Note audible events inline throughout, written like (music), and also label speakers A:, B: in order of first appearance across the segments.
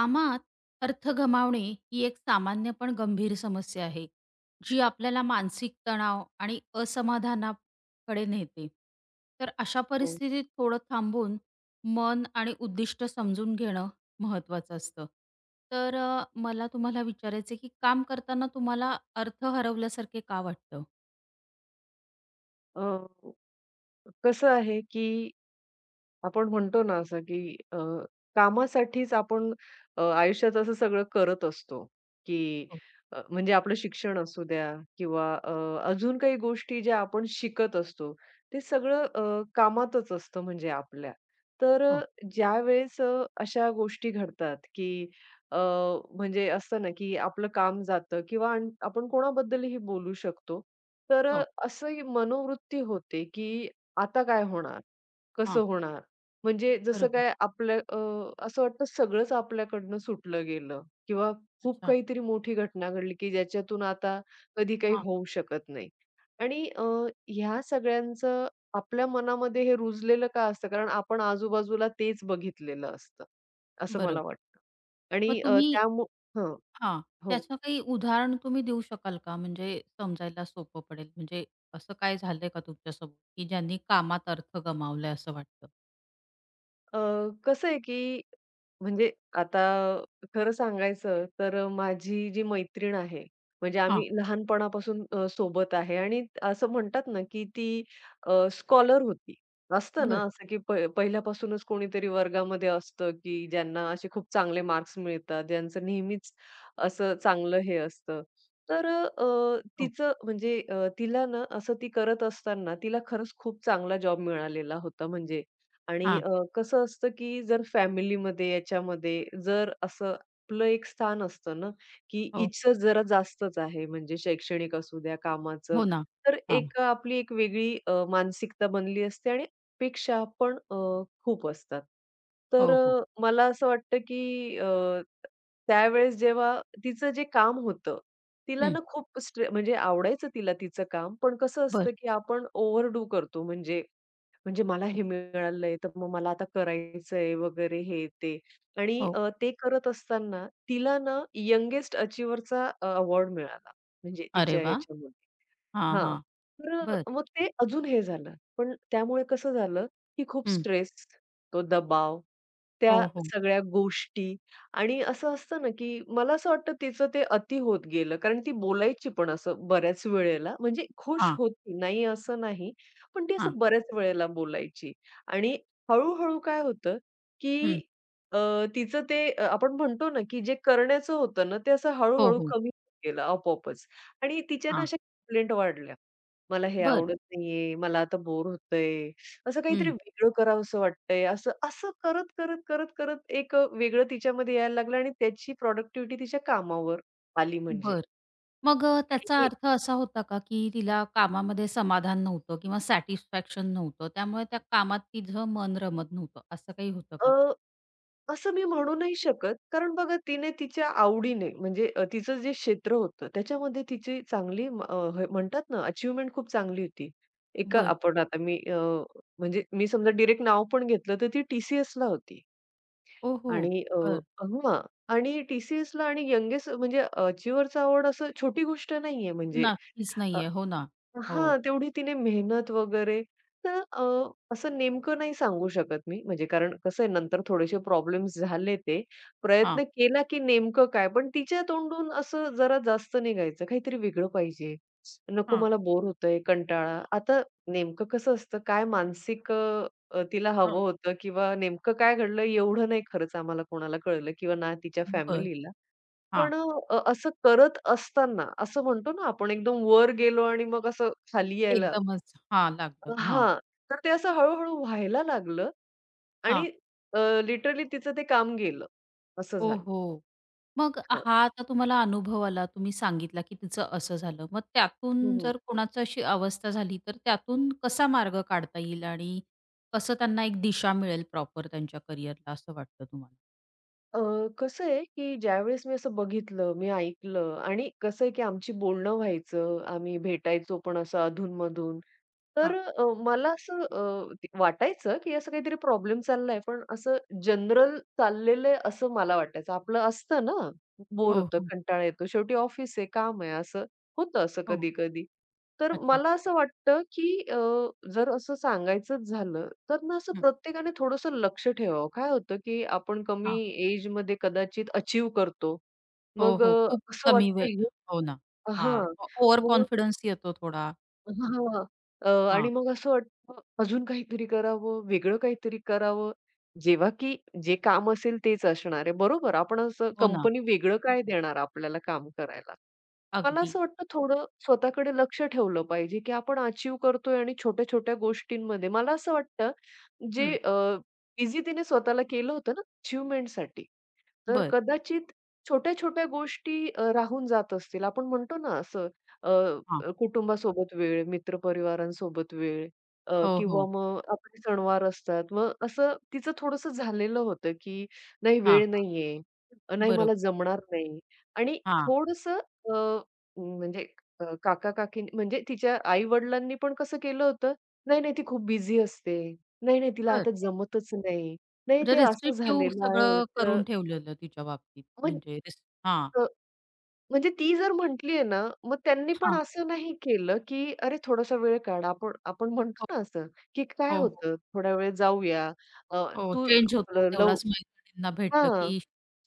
A: कामात अर्थ गमावणे ही एक सामान्य पण गंभीर समस्या आहे, जी आपल्याला मानसिक तणाव आणि असमाधानाकडे नेते. तर अशा
B: हो.
A: परिस्थितीत थोडं थांबून मन आणि उद्दिष्ट समजून घेणं महत्त्वाचं असतं. तर मला तुम्हाला विचारायचं आहे की काम करताना तुम्हाला अर्थ हरवल्यासारखे का वाटतं?
B: अ, कसं आहे, की आपण म्हणतो ना असं, की कामासाठीच आपण आयुष्यात असं सगळं करत असतो, की
A: हो.
B: म्हणजे आपलं शिक्षण असू द्या किंवा अजून काही गोष्टी ज्या आपण शिकत असतो, ते सगळं कामातच असतं म्हणजे आपल्या. तर
A: हो.
B: ज्यावेळेस अशा गोष्टी घडतात, की अ, म्हणजे असतं ना, की आपलं काम जातं किंवा अन आपण कोणाबद्दलही बोलू शकतो. तर
A: हो. हो.
B: असं ही मनोवृत्ती होते, की आता काय होणार?
A: हां.
B: कसं होणार? म्हणजे जसं
A: बरोबर.
B: काय आपल्या असं वाटतं सगळंच आपल्याकडनं सुटलं गेलं किंवा खूप
A: अच्छा.
B: काहीतरी मोठी घटना घडली, की ज्याच्यातून आता कधी काही
A: हां.
B: होऊ शकत नाही. आणि ह्या सगळ्यांचं आपल्या मनामध्ये हे रुजलेलं का असतं? कारण आपण आजूबाजूला तेच बघितलेलं असतं, असं
A: बरोबर.
B: मला वाटतं.
A: मग
B: आणि
A: तुम्ही
B: त्यामु
A: हां.
B: हो.
A: त्याचं काही उदाहरण तुम्ही देऊ शकाल का? म्हणजे समजायला सोपं पडेल. म्हणजे असं काय झालंय का तुमच्यासोबत, की ज्यांनी कामात अर्थ गमावलाय असं वाटतं?
B: अ, कसं आहे, की म्हणजे आता खरं सांगायचं तर माझी जी मैत्रीण आहे, म्हणजे
A: हां.
B: आम्ही लहानपणापासून सोबत आहे आणि असं म्हणतात ना, की ती स्कॉलर होती. असतं ना
A: बरं.
B: असं, की पहिल्यापासूनच कोणीतरी वर्गामध्ये असतं, की ज्यांना असे खूप चांगले मार्क्स मिळतात, ज्यांचं नेहमीच असं चांगलं हे असतं. तर
A: हो.
B: तिचं म्हणजे तिला ना असं ती करत असताना तिला खरंच खूप चांगला जॉब मिळालेला होता म्हणजे आणि
A: हां.
B: कसं असतं, की जर फॅमिलीमध्ये याच्यामध्ये जर असं आपलं एक स्थान असतं ना, की
A: हो.
B: हिचं जरा जास्तच आहे म्हणजे शैक्षणिक असू द्या, कामाचं.
A: हो ना.
B: तर
A: हां.
B: एक आपली एक वेगळी मानसिकता बनली असते आणि अपेक्षा पण खूप असतात. तर
A: हो, हो.
B: मला असं वाटतं, की त्यावेळेस जेव्हा तिचं जे काम होतं, तिला
A: हं.
B: ना खूप म्हणजे आवडायचं तिला तिचं काम, पण कसं
A: बरं.
B: असतं, की आपण ओव्हरडू करतो म्हणजे म्हणजे मला हे मिळालंय, तर मग मला आता करायचंय वगैरे हे ते. आणि
A: हो.
B: ते करत असताना तिला ना यंगेस्ट अचिव्हरचा अवॉर्ड मिळाला. म्हणजे
A: अरे
B: तिच्या
A: वाह!
B: याच्यामध्ये.
A: हां, हां.
B: हां. तर
A: बरं.
B: मग ते अजून हे झालं. पण त्यामुळे कसं झालं, की खूप
A: हं.
B: स्ट्रेस, तो दबाव, त्या
A: हो, हो.
B: सगळ्या गोष्टी आणि असं असतं ना, की मला असं वाटतं तिचं ते अति होत गेलं. कारण ती बोलायची पण असं बऱ्याच वेळेला, म्हणजे खुश
A: हां,
B: होती, नाही असं नाही, पण ती
A: हां.
B: असं बऱ्याच वेळेला बोलायची. आणि हळू काय होतं,
A: हं.
B: की अ, तिचं ते आपण म्हणतो ना, की जे करण्याचं होतं ना, ते असं
A: हो,
B: हळू
A: हो.
B: कमी होत गेलं आपोआपच. आणि तिच्या ना
A: हां.
B: अशा कंप्लेंट वाढल्या. मला हे
A: बरं.
B: आवडत नाहीये, मला आता बोर होतंय, असं काहीतरी वेगळं करावसं वाटतंय. असं असं करत, करत, करत, करत एक वेगळं तिच्यामध्ये यायला लागलं आणि त्याची प्रॉडक्टिव्हिटी तिच्या कामावर आली म्हणजे.
A: बरं. मग त्याचा
B: आणि
A: अर्थ असा होता का, की तिला कामामध्ये समाधान नव्हतं किंवा सॅटिस्फॅक्शन नव्हतं? त्यामुळे त्या कामात तिचं मन रमत नव्हतं, असं काही होतं
B: अ,
A: का?
B: असं मी म्हणू नाही शकत, कारण बघा तिने तिच्या आवडीने म्हणजे तिचं जे क्षेत्र होतं त्याच्यामध्ये तिची चांगली हे म्हणतात ना अचिव्हमेंट खूप चांगली होती. एका
A: बरं.
B: आपण आता म्हणजे मी समजा डायरेक्ट नाव पण घेतलं तर ती टी-सी-एसला होती.
A: ओहो!
B: आणि
A: बरं.
B: हां. आणि टी सी आणि यंगेस्ट म्हणजे अचिव्हरचा अवॉर्ड असं छोटी गोष्ट नाहीये म्हणजे
A: नक्कीच
B: अ,
A: नाहीये. हो ना. हो.
B: हां, तेवढी तिने मेहनत वगैरे तर असं नेमकं नाही सांगू शकत मी. म्हणजे कारण कसं आहे नंतर थोडेसे प्रॉब्लेम्स झाले ते.
A: हां,
B: प्रयत्न केला की नेमकं काय, पण तिच्या तोंडून असं जरा जास्त निघायचं, काहीतरी वेगळं पाहिजे. नको
A: हां.
B: मला बोर होतंय, कंटाळा. आता नेमकं कसं असतं, काय मानसिक तिला
A: हो.
B: हवं होतं किंवा नेमकं काय घडलं एवढं नाही खरंच आम्हाला कोणाला कळलं किंवा ना तिच्या
A: बरं.
B: फॅमिलीला.
A: हां.
B: पण असं करत असताना, असं म्हणतो ना आपण एकदम वर गेलो आणि मग असं खाली यायला
A: एकदमच हां, लागलं. हां,
B: हां, तर ते असं हळू-हळू व्हायला लागलं
A: हां.
B: आणि अ, लिटरली तिचं ते काम गेलं. असं झालं.
A: ओहो! मग
B: हां.
A: हा आता तुम्हाला अनुभव आला, तुम्ही सांगितला, की तिचं असं झालं. मग
B: हं,
A: त्यातून
B: हं.
A: जर कोणाची अशी अवस्था झाली, तर त्यातून कसा मार्ग काढता येईल आणि कसं त्यांना एक दिशा मिळेल प्रॉपर त्यांच्या करिअरला असं वाटतं तुम्हाला?
B: अ, कसं आहे, की ज्यावेळेस मी असं बघितलं, मी ऐकलं आणि कसं आहे, की आमची बोलणं व्हायचं, आम्ही भेटायचो पण असं अधून तर
A: हां.
B: मला असं वाटायचं, की असं काहीतरी प्रॉब्लेम चाललाय, पण असं जनरल चाललेलं असं मला वाटायचं. आपलं असतं ना, बोर
A: हो,
B: होतं,
A: हो.
B: कंटाळा येतो, शेवटी ऑफिस आहे, काम आहे, असं होतं असं
A: हो.
B: कधी-कधी. तर
A: अच्छा.
B: मला असं वाटतं, की जर असं सांगायचंच झालं, तर ना असं
A: हं.
B: प्रत्येकाने थोडंसं लक्ष ठेवावं. काय होतं, की आपण कमी
A: हां.
B: एजमध्ये कदाचित अचीव्ह करतो.
A: हो,
B: मग
A: हो. खूप
B: असं
A: कमी
B: वाटतं
A: वेळ.
B: हे
A: हो ना. हां.
B: हां.
A: ओव्हर
B: मग
A: कॉन्फिडन्स येतो थोडा.
B: हां.
A: हां.
B: आणि मग असं वाटतं अजून काहीतरी करावं, वेगळं काहीतरी करावं. जेव्हा की जे काम असेल तेच असणार आहे. बरोबर, आपण असं
A: हो ना.
B: कंपनी वेगळं काय देणार आपल्याला काम करायला? मला
A: अगदी.
B: असं वाटतं थोडं स्वतःकडे लक्ष ठेवलं पाहिजे, की आपण अचीव्ह करतोय आणि छोट्या-छोट्या गोष्टींमध्ये मला असं वाटतं, जे
A: हं.
B: अ, बिझी तिने स्वतःला केलं होतं ना अचीव्हमेंटसाठी, तर
A: बरं.
B: कदाचित छोट्या-छोट्या गोष्टी राहून जात असतील. आपण म्हणतो ना असं अ,
A: हां.
B: अ, कुटुंबासोबत वेळ, मित्रपरिवारांसोबत वेळ
A: हो,
B: किंवा
A: हो.
B: मग आपले सणवार असतात. मग असं तिचं थोडंसं झालेलं होतं, की नाही
A: हां,
B: वेळ
A: हां.
B: नाहीये, नाही मला
A: बरोबर.
B: जमणार नाही आणि
A: हां.
B: थोडंसं अ, म्हणजे काका-काकींनी म्हणजे तिच्या आई-वडिलांनी पण कसं केलं होतं, "नाही, नाही ती खूप बिझी असते. नाही, नाही तिला
A: बरं.
B: आता जमतच नाही. नाही
A: म्हणजे
B: ते असं
A: रिस्ट्रिक्टिव्ह
B: झालेलं
A: सगळं
B: आहे."
A: करून ठेवलेलं तिच्या बाबतीत
B: म्हण
A: म्हणजे हां.
B: अ, म्हणजे ती जर म्हटली ना, मग त्यांनी पण
A: हां.
B: असं नाही केलं, की "अरे थोडासा वेळ काढ." आपण आपण
A: हो,
B: म्हणतो ना असं, की काय
A: हो, हो.
B: होतं, "थोड्या वेळ जाऊया." अ,
A: हो,
B: तू
A: चेंज होतो
B: ल लव
A: तेवढाच मैत्रिणींना भेटलं
B: हां,
A: की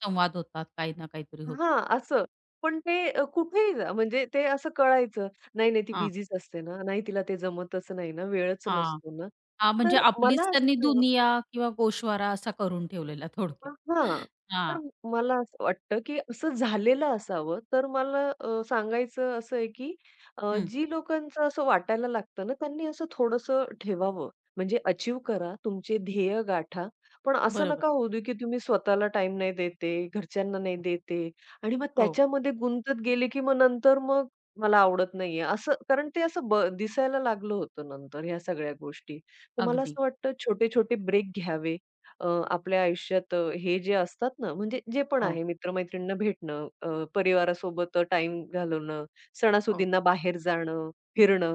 A: संवाद होतात, काही ना काहीतरी होतं.
B: हां, असं. पण ते कुठेही जा, म्हणजे ते असं कळायचं, "नाही, नाही, ती
A: हां,
B: बिझीच असते ना. नाही, तिला ते जमतच नाही ना, वेळच
A: हां.
B: नसतो ना."
A: हां, म्हणजे
B: तर
A: आपलीच
B: मला
A: त्यांनी
B: असं
A: दुनिया किंवा गोषवारा असा करून ठेवलेला थोडक्यात.
B: हां. तर
A: हां,
B: मला असं वाटतं, की असं झालेलं असावं. तर मला सांगायचं असं आहे, की
A: हं.
B: जी लोकांचं असं वाटायला लागतं ना, त्यांनी असं थोडंसं ठेवावं. म्हणजे अचीव्ह करा, तुमचे ध्येय गाठा. पण असं
A: बरोबर.
B: नका होऊ दे, की तुम्ही स्वतःला टाईम नाही देते, आहे, घरच्यांना नाही देत आहे आणि मग
A: हो,
B: त्याच्यामध्ये गुंतत गेले, की मग नंतर मग मला आवडत नाहीये असं. कारण ते असं ब दिसायला लागलं होतं नंतर ह्या सगळ्या गोष्टी. तर मला
A: अगदी.
B: असं वाटतं छोटे-छोटे ब्रेक घ्यावे. आपल्या आयुष्यात हे जे असतात ना, म्हणजे जे पण
A: हो,
B: आहे मित्र-मैत्रिणींना भेटणं, परिवारासोबत टाईम घालवणं,
A: हो.
B: सणासुदींना बाहेर जाणं,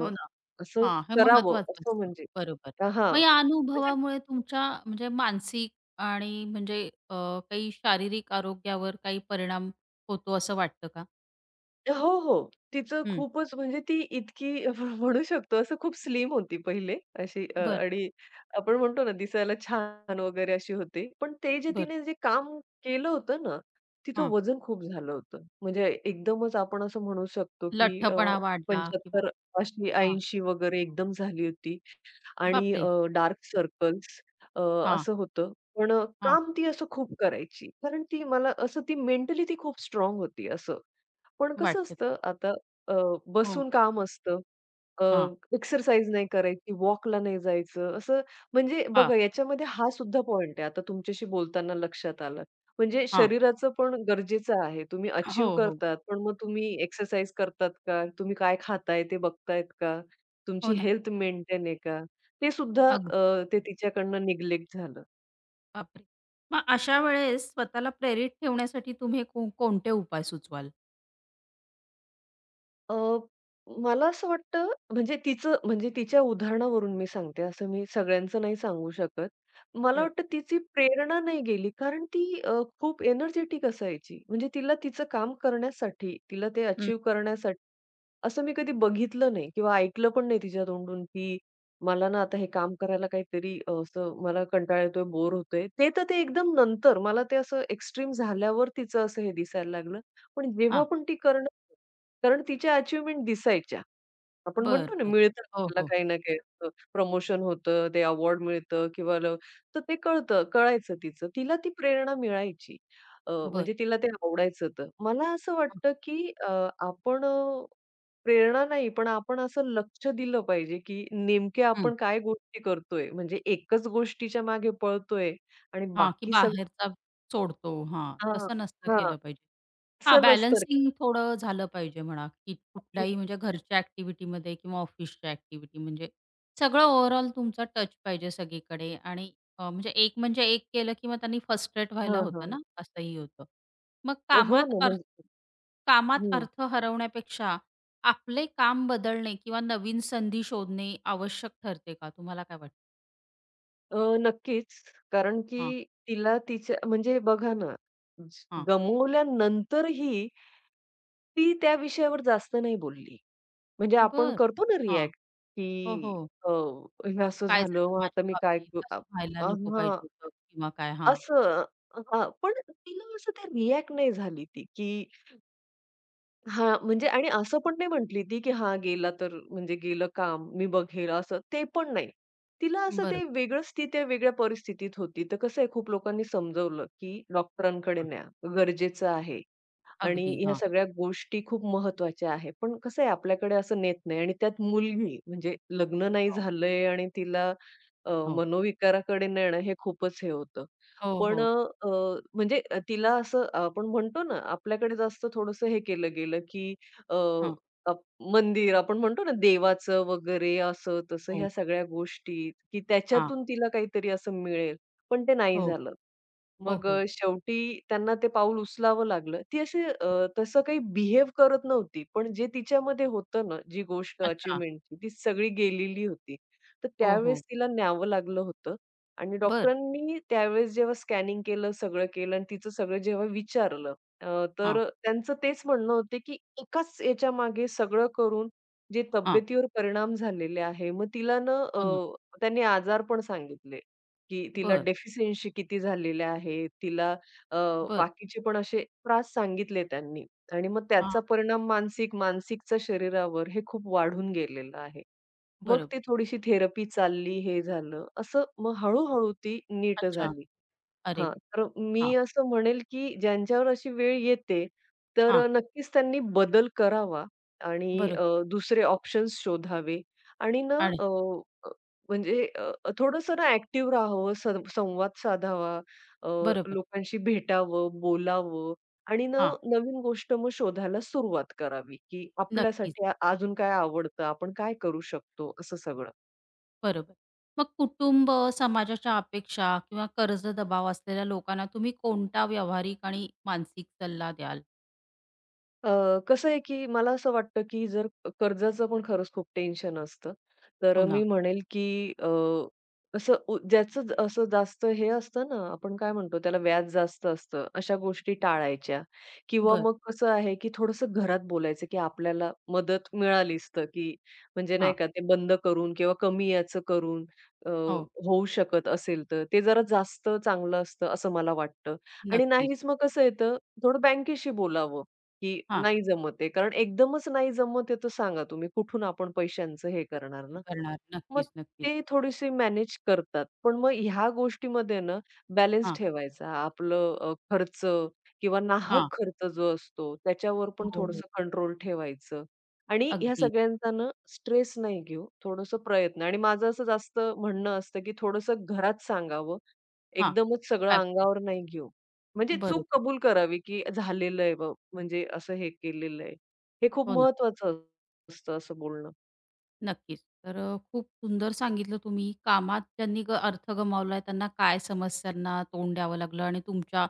A: हो ना.
B: असं
A: हां, हे
B: करावं
A: महत्वाचं
B: असं
A: असतं.
B: म्हणजे
A: बरोबर.
B: हां,
A: मग या
B: म्हणजे
A: अनुभवामुळे तुमच्या म्हणजे मानसिक आणि म्हणजे अ, काही शारीरिक आरोग्यावर काही परिणाम होतो असं वाटतं का?
B: हो, हो. तिचं
A: हं.
B: खूपच म्हणजे ती इतकी (laughs) आपण म्हणू शकतो असं खूप स्लिम होती पहिले अशी
A: बरं,
B: आणि आपण म्हणतो ना दिसायला छान वगैरे अशी होती. पण ते जे
A: बरं.
B: तिने जे काम केलं होतं ना, तिचं
A: हां.
B: वजन खूप झालं होतं. म्हणजे एकदमच आपण असं म्हणू शकतो की
A: लठ्ठपणा वाढला किंवा
B: 75 अशी
A: हां.
B: 80 वगैरे एकदम झाली होती आणि
A: बापरे!
B: डार्क सर्कल्स अ,
A: हां,
B: असं होतं. पण
A: हां.
B: काम ती असं खूप करायची. कारण ती मला असं ती मेंटली ती खूप स्ट्राँग होती असं. पण कसं
A: वाटतं.
B: असतं आता अ,
A: हो.
B: बसून काम असतं.
A: हां,
B: एक्सरसाइज नाही करायची, वॉकला नाही जायचं, असं म्हणजे
A: हां,
B: बघा याच्यामध्ये हा सुद्धा पॉइंट आहे. आता तुमच्याशी बोलताना लक्षात आलं. म्हणजे
A: हां.
B: शरीराचं पण गरजेचं आहे. तुम्ही
A: हो,
B: अचीव्ह
A: हो.
B: करतात, पण मग तुम्ही एक्सरसाइज करतात का? तुम्ही काय खाताय ते बघतायत का?
A: हो
B: तुमची
A: ना.
B: हेल्थ मेंटेन आहे का? ते सुद्धा
A: अगदी.
B: ते तिच्याकडनं निग्लेक्ट झालं.
A: बापरे! मग अशा वेळेस स्वतःला प्रेरित ठेवण्यासाठी तुम्ही कोणते उपाय सुचवाल?
B: अ, मला असं वाटतं म्हणजे तिचं म्हणजे तिच्या उदाहरणावरून मी सांगते, असं मी सगळ्यांचं नाही सांगू शकत. मला
A: बरं.
B: वाटतं तिची प्रेरणा नाही गेली, कारण ती खूप एनर्जेटिक असायची. म्हणजे तिला तिचं काम करण्यासाठी, तिला ते
A: हं.
B: अचीव्ह करण्यासाठी असं मी कधी बघितलं नाही किंवा ऐकलं पण नाही तिच्या तोंडून, की मला ना आता हे काम करायला काहीतरी असं मला कंटाळा येतोय, बोर होतोय. ते तर ते एकदम नंतर मला ते असं एक्स्ट्रीम झाल्यावर तिचं असं हे दिसायला लागलं. पण जेव्हा
A: हां.
B: पण ती करणं कारण तिच्या अचिव्हमेंट दिसायच्या. आपण
A: बरं,
B: म्हणतो ना,
A: बरं.
B: मिळतं
A: हो,
B: आपल्याला
A: हो.
B: काही ना काही असं प्रमोशन होतं, ते अवॉर्ड मिळतं किंवा ल तर ते कळतं, कळायचं तिचं. तिला ती प्रेरणा मिळायची.
A: बरं.
B: म्हणजे तिला ते आवडायचं तर. मला असं वाटतं, की आपण प्रेरणा नाही, पण आपण असं लक्ष दिलं पाहिजे, की नेमक्या आपण काय गोष्टी करतोय. म्हणजे एकच गोष्टीच्या मागे पळतोय आणि
A: हां, की
B: बाकी सगळं
A: बाहेरचा सोडतो. हां,
B: हां,
A: तसं नसतं
B: हां.
A: केलं पाहिजे. हां,
B: असं नसतं रे.
A: बॅलन्सिंग थोडं झालं पाहिजे म्हणा, की
B: हं.
A: कुठल्याही म्हणजे घरच्या ॲक्टिव्हिटीमध्ये किंवा ऑफिसच्या ॲक्टिव्हिटी म्हणजे सगळं ओव्हरऑल तुमचा टच पाहिजे सगळीकडे आणि म्हणजे एक म्हणजे एक केलं किंवा त्यांनी फ्रस्ट्रेट व्हायला
B: हां,
A: होतं
B: हां.
A: ना, असंही होतं. मग
B: हो ना. म्हणजे
A: कामात
B: हं.
A: अर्थ हरवण्यापेक्षा आपले काम बदलणे किंवा नवीन संधी शोधणे आवश्यक ठरते का? तुम्हाला काय वाटतं?
B: अ, नक्कीच. कारण की
A: हां,
B: तिला तिच्या म्हणजे बघा ना, ज-
A: हां.
B: गमवल्यानंतरही ती त्या विषयावर जास्त नाही बोलली. म्हणजे आपण
A: बरं.
B: करतो ना
A: हां.
B: रिएक्ट,
A: हो,
B: की
A: हो.
B: अ, हे असं
A: काय
B: झालं,
A: झालं
B: मग आता
A: माझ्या
B: मी काय करू?
A: बाबतीत असं व्हायला नको
B: हां,
A: पाहिजे होतं किंवा काय हां.
B: असं हां, पण तिला असं ते रिएक्ट नाही झाली ती, की हां, म्हणजे आणि असं पण नाही म्हटली ती, की "हां, गेला तर म्हणजे गेलं काम, मी बघेल" असं ते पण नाही. तिला असं
A: बरोबर.
B: ते वेगळंच ती त्या वेगळ्या परिस्थितीत होती. तर कसं आहे खूप लोकांनी समजवलं, की डॉक्टरांकडे
A: हां.
B: न्या, गरजेचं आहे. आणि
A: अगदी.
B: ह्या
A: हां.
B: सगळ्या गोष्टी खूप महत्त्वाच्या आहे, पण कसं आहे आपल्याकडे असं नेत नाही आणि त्यात मुलगी म्हणजे लग्न नाही
A: हो,
B: झालंय आणि तिला
A: हो.
B: मनोविकाराकडे नेणं हे खूपच हे होतं.
A: हो,
B: पण
A: हो.
B: अ, म्हणजे तिला असं आपण म्हणतो ना, आपल्याकडे जास्त थोडंसं हे केलं गेलं, की अ,
A: हां.
B: अप मंदिर आपण म्हणतो ना देवाचं वगैरे असं तसं
A: हो.
B: ह्या सगळ्या गोष्टी, की
A: हां.
B: त्याच्यातून तिला काहीतरी असं मिळेल, पण ते नाही
A: हो.
B: झालं.
A: हो,
B: मग
A: हो.
B: शेवटी त्यांना ते पाऊल उचलावं लागलं. ती अशी
A: हां.
B: तसं काही बिहेव करत नव्हती. पण जे तिच्यामध्ये होतं ना, जी गोष्ट
A: अच्छा.
B: अचीव्हमेंटची, ती सगळी गेलेली होती. तर
A: हो, हो.
B: त्यावेळेस तिला न्यावं लागलं होतं आणि
A: बरं.
B: डॉक्टरांनी त्यावेळेस जेव्हा स्कॅनिंग केलं, सगळं केलं आणि तिचं सगळं जेव्हा विचारलं
A: हां.
B: तर त्यांचं तेच म्हणणं होतं, की एकाच याच्यामागे सगळं करून जे
A: हां.
B: तब्येतीवर परिणाम झालेले आहे. मग तिला ना
A: हो ना.
B: त्यांनी आजार पण सांगितले. की तिला
A: बरं,
B: डेफिशियन्सी किती झालेल्या आहेत. तिला अ,
A: बरं.
B: बाकीचे पण असे त्रास सांगितले त्यांनी आणि मग
A: हां.
B: त्याचा परिणाम मानसिक, मानसिकचा शरीरावर हे खूप वाढून गेलेलं आहे. मग
A: बरोबर.
B: ती थोडीशी थेरपी चालली, हे झालं. असं मग हळू-हळू ती नीट
A: अच्छा.
B: झाली.
A: अरे वा.
B: हां, तर
A: हां,
B: मी असं म्हणेल, की ज्यांच्यावर अशी वेळ येते, तर
A: हां.
B: नक्कीच त्यांनी बदल करावा आणि
A: बरोबर.
B: दुसरे ऑप्शन्स शोधावे आणि ना
A: आणि
B: अ, अ, म्हणजे थोडंसं ना ॲक्टिव्ह राहावं, संवाद साधावा, अ,
A: बरोबर.
B: लोकांशी भेटावं, बोलावं आणि ना
A: हां.
B: नवीन गोष्ट मग शोधायला सुरुवात करावी, की
A: नक्कीच.
B: आपल्यासाठी अजून काय आवडतं, आपण काय करू शकतो, असं सगळं.
A: बरोबर. मग कुटुंब, समाजाच्या अपेक्षा किंवा कर्ज दबाव असलेल्या लोकांना तुम्ही कोणता व्यावहारिक आणि मानसिक सल्ला द्याल?
B: कसं आहे, की मला असं वाटतं, की जर कर्जाचं पण खरंच खूप टेन्शन असतं.
A: हो
B: तर
A: ना.
B: मी म्हणेल, की असं ज्याचं असं जास्त हे असतं ना, आपण काय म्हणतो त्याला व्याज जास्त असतं, अशा गोष्टी टाळायच्या किंवा
A: बरं.
B: मग कसं आहे, की थोडंसं घरात बोलायचं, की आपल्याला मदत मिळालीच तर, की म्हणजे नाही
A: हां.
B: का ते बंद करून किंवा कमी याचं करून अ,
A: हो,
B: होऊ शकत असेल तर, ते जरा जास्त चांगलं असतं असं मला वाटतं आणि
A: नक्कीच.
B: नाहीच मग कसं येतं, थोडं बँकेशी बोलावं. की
A: हां.
B: नाही जमत आहे. कारण एकदमच नाही जमत आहे तर सांगा तुम्ही कुठून आपण पैशांचं हे
A: (unintelligible)
B: करणार
A: हे
B: ना?
A: करणार.
B: मग
A: नक्कीच, नक्कीच.
B: ते थोडीशी मॅनेज करतात. पण मग ह्या गोष्टीमध्ये ना बॅलन्स
A: हां,
B: ठेवायचा. आपलं खर्च किंवा नाहक
A: हां.
B: खर्च जो असतो, त्याच्यावर पण
A: हो, हो.
B: थोडंसं कंट्रोल ठेवायचं आणि ह्या
A: अगदी.
B: सगळ्यांचा ना स्ट्रेस नाही घेऊ, थोडंसं प्रयत्न आणि माझं असं जास्त म्हणणं असतं, की थोडंसं घरात सांगावं.
A: हां.
B: एकदमच सगळं
A: काय प्रॉब्लेम
B: अंगावर नाही घेऊ. म्हणजे चूक
A: बरोबर.
B: कबूल करावी, की झालेलं आहे म्हणजे असं हे केलेलं आहे. हे खूप
A: हो ना.
B: महत्वाचं असतं असं बोलणं.
A: नक्कीच. तर खूप सुंदर सांगितलं तुम्ही. कामात ज्यांनी अर्थ गमावलाय त्यांना काय समस्यांना तोंड द्यावं लागलं आणि तुमच्या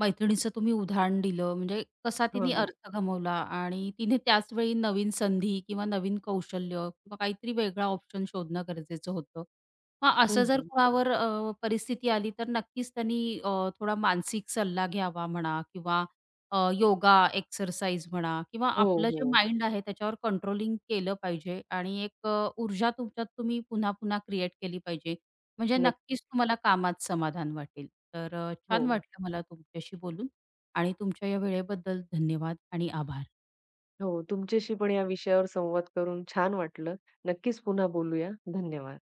A: मैत्रिणीचं तुम्ही उदाहरण दिलं. म्हणजे कसा
B: हां,
A: तिने हो.
B: हां.
A: अर्थ गमावला आणि तिने त्याच वेळी नवीन संधी किंवा नवीन कौशल्य किंवा काहीतरी वेगळा ऑप्शन शोधणं गरजेचं होतं. मग
B: हं,
A: असं जर
B: हं.
A: कोणावर परिस्थिती आली तर नक्कीच त्यांनी थोडा मानसिक सल्ला घ्यावा म्हणा किंवा योगा, एक्सरसाइज म्हणा किंवा
B: हो,
A: आपलं जे
B: हो.
A: माइंड आहे त्याच्यावर कंट्रोलिंग केलं पाहिजे आणि एक ऊर्जा तुमच्यात तुम्ही पुन्हा-पुन्हा क्रिएट केली पाहिजे. म्हणजे नक्कीच
B: नक्कीच.
A: तुम्हाला कामात समाधान वाटेल. तर
B: हो,
A: छान वाटलं मला तुमच्याशी बोलून आणि तुमच्या या वेळेबद्दल धन्यवाद आणि आभार.
B: हो. तुमच्याशी पण या विषयावर संवाद करून छान वाटलं. नक्कीच पुन्हा बोलूया. धन्यवाद.